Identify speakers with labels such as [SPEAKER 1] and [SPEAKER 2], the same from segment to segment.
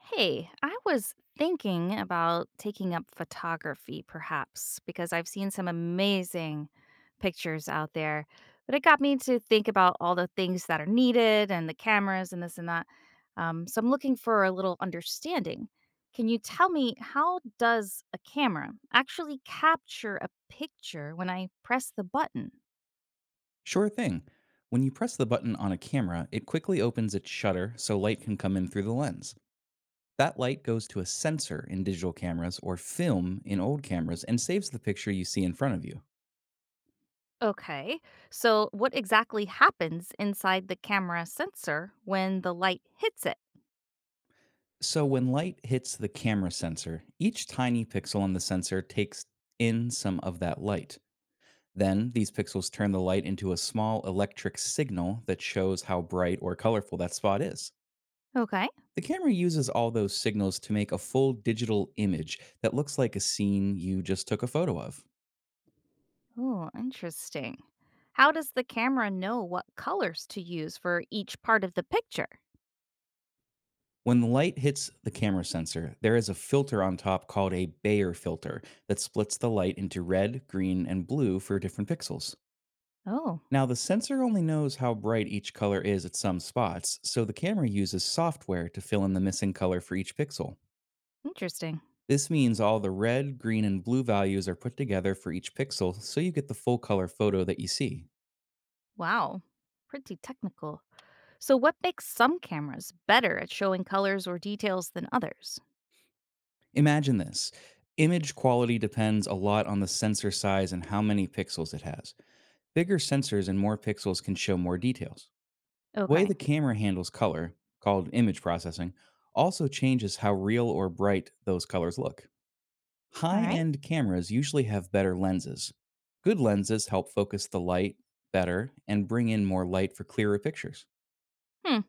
[SPEAKER 1] Hey, I was thinking about taking up photography perhaps because I've seen some amazing pictures out there, but it got me to think about all the things that are needed and the cameras and this and that. So I'm looking for a little understanding. Can you tell me, how does a camera actually capture a picture when I press the button?
[SPEAKER 2] Sure thing. When you press the button on a camera, it quickly opens its shutter so light can come in through the lens. That light goes to a sensor in digital cameras or film in old cameras and saves the picture you see in front of you.
[SPEAKER 1] Okay, so what exactly happens inside the camera sensor when the light hits it?
[SPEAKER 2] So when light hits the camera sensor, each tiny pixel on the sensor takes in some of that light. Then these pixels turn the light into a small electric signal that shows how bright or colorful that spot is.
[SPEAKER 1] Okay.
[SPEAKER 2] The camera uses all those signals to make a full digital image that looks like a scene you just took a photo of.
[SPEAKER 1] Oh, interesting. How does the camera know what colors to use for each part of the picture?
[SPEAKER 2] When the light hits the camera sensor, there is a filter on top called a Bayer filter that splits the light into red, green, and blue for different pixels.
[SPEAKER 1] Oh,
[SPEAKER 2] Now, the sensor only knows how bright each color is at some spots, so the camera uses software to fill in the missing color for each pixel.
[SPEAKER 1] interesting.
[SPEAKER 2] This means all the red, green, and blue values are put together for each pixel so you get the full color photo that you see.
[SPEAKER 1] Wow, pretty technical. So, what makes some cameras better at showing colors or details than others?
[SPEAKER 2] Imagine this. Image quality depends a lot on the sensor size and how many pixels it has. Bigger sensors and more pixels can show more details. The way
[SPEAKER 1] Okay,
[SPEAKER 2] the camera handles color, called image processing, also changes how real or bright those colors look.
[SPEAKER 1] all
[SPEAKER 2] High
[SPEAKER 1] right.
[SPEAKER 2] end cameras usually have better lenses. Good lenses help focus the light better and bring in more light for clearer pictures.
[SPEAKER 1] Hmm.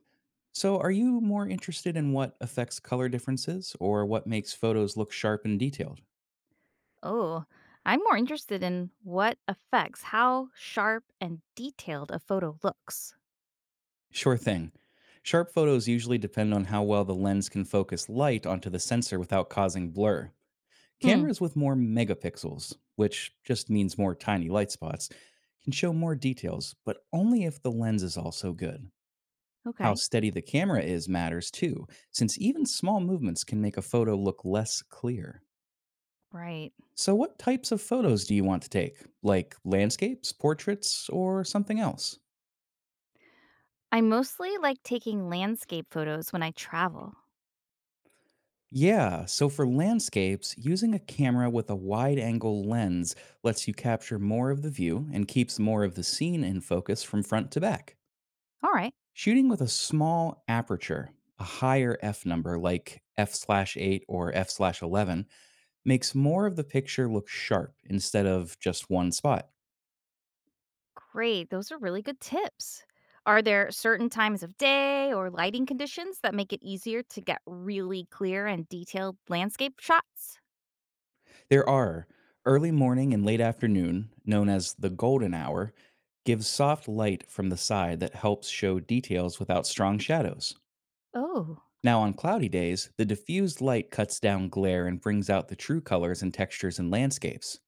[SPEAKER 2] So, are you more interested in what affects color differences or what makes photos look sharp and detailed?
[SPEAKER 1] Oh, I'm more interested in what affects how sharp and detailed a photo looks.
[SPEAKER 2] Sure thing. Sharp photos usually depend on how well the lens can focus light onto the sensor without causing blur.
[SPEAKER 1] Hmm.
[SPEAKER 2] Cameras with more megapixels, which just means more tiny light spots, can show more details, but only if the lens is also good. How
[SPEAKER 1] Okay,
[SPEAKER 2] steady the camera is matters too, since even small movements can make a photo look less clear.
[SPEAKER 1] right.
[SPEAKER 2] So, what types of photos do you want to take? Like landscapes, portraits, or something else?
[SPEAKER 1] I mostly like taking landscape photos when I travel.
[SPEAKER 2] Yeah, so for landscapes, using a camera with a wide angle lens lets you capture more of the view and keeps more of the scene in focus from front to back.
[SPEAKER 1] All right.
[SPEAKER 2] Shooting with a small aperture, a higher f number like f slash 8 or f slash 11, makes more of the picture look sharp instead of just one spot.
[SPEAKER 1] Great. Those are really good tips. Are there certain times of day or lighting conditions that make it easier to get really clear and detailed landscape shots?
[SPEAKER 2] There are early morning and late afternoon, known as the golden hour, gives soft light from the side that helps show details without strong shadows.
[SPEAKER 1] Oh,
[SPEAKER 2] Now, on cloudy days, the diffused light cuts down glare and brings out the true colors and textures in landscapes.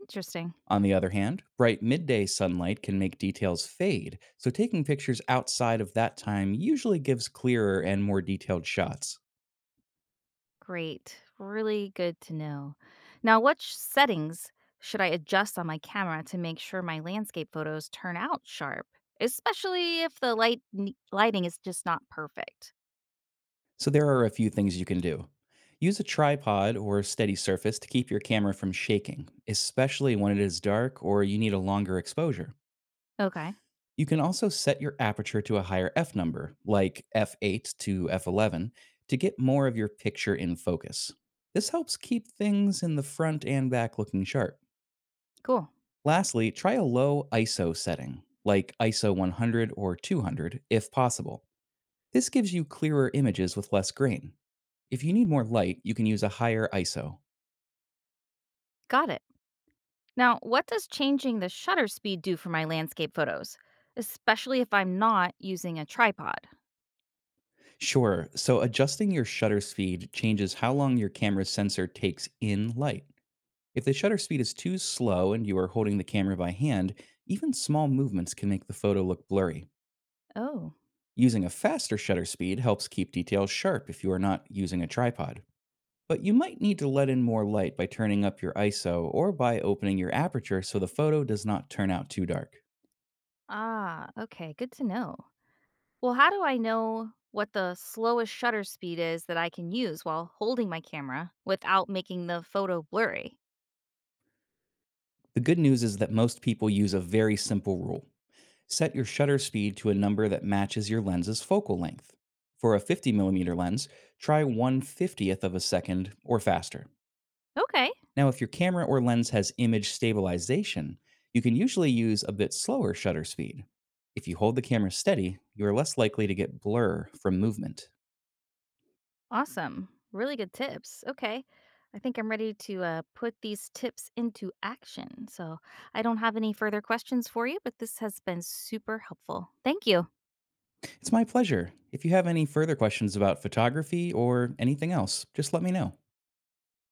[SPEAKER 1] interesting.
[SPEAKER 2] On the other hand, bright midday sunlight can make details fade, so taking pictures outside of that time usually gives clearer and more detailed shots.
[SPEAKER 1] Great. Really good to know. Now, which settings should I adjust on my camera to make sure my landscape photos turn out sharp, especially if the lighting is just not perfect?
[SPEAKER 2] So, there are a few things you can do. Use a tripod or steady surface to keep your camera from shaking, especially when it is dark or you need a longer exposure.
[SPEAKER 1] Okay.
[SPEAKER 2] You can also set your aperture to a higher f number, like f8 to f11, to get more of your picture in focus. This helps keep things in the front and back looking sharp.
[SPEAKER 1] Cool.
[SPEAKER 2] Lastly, try a low ISO setting, like ISO 100 or 200, if possible. This gives you clearer images with less grain. If you need more light, you can use a higher ISO.
[SPEAKER 1] Got it. Now, what does changing the shutter speed do for my landscape photos, especially if I'm not using a tripod?
[SPEAKER 2] Sure, so adjusting your shutter speed changes how long your camera's sensor takes in light. If the shutter speed is too slow and you are holding the camera by hand, even small movements can make the photo look blurry.
[SPEAKER 1] Oh,
[SPEAKER 2] Using a faster shutter speed helps keep details sharp if you are not using a tripod. But you might need to let in more light by turning up your ISO or by opening your aperture so the photo does not turn out too dark.
[SPEAKER 1] ah, okay, good to know. Well, how do I know what the slowest shutter speed is that I can use while holding my camera without making the photo blurry?
[SPEAKER 2] The good news is that most people use a very simple rule set your shutter speed to a number that matches your lens's focal length. For a 50mm lens, try one fiftieth of a second or faster.
[SPEAKER 1] Okay,
[SPEAKER 2] Now, if your camera or lens has image stabilization, you can usually use a bit slower shutter speed. If you hold the camera steady, you are less likely to get blur from movement.
[SPEAKER 1] awesome. Really good tips. Okay. I think I'm ready to put these tips into action. So I don't have any further questions for you, but this has been super helpful. Thank you.
[SPEAKER 2] It's my pleasure. If you have any further questions about photography or anything else, just let me know.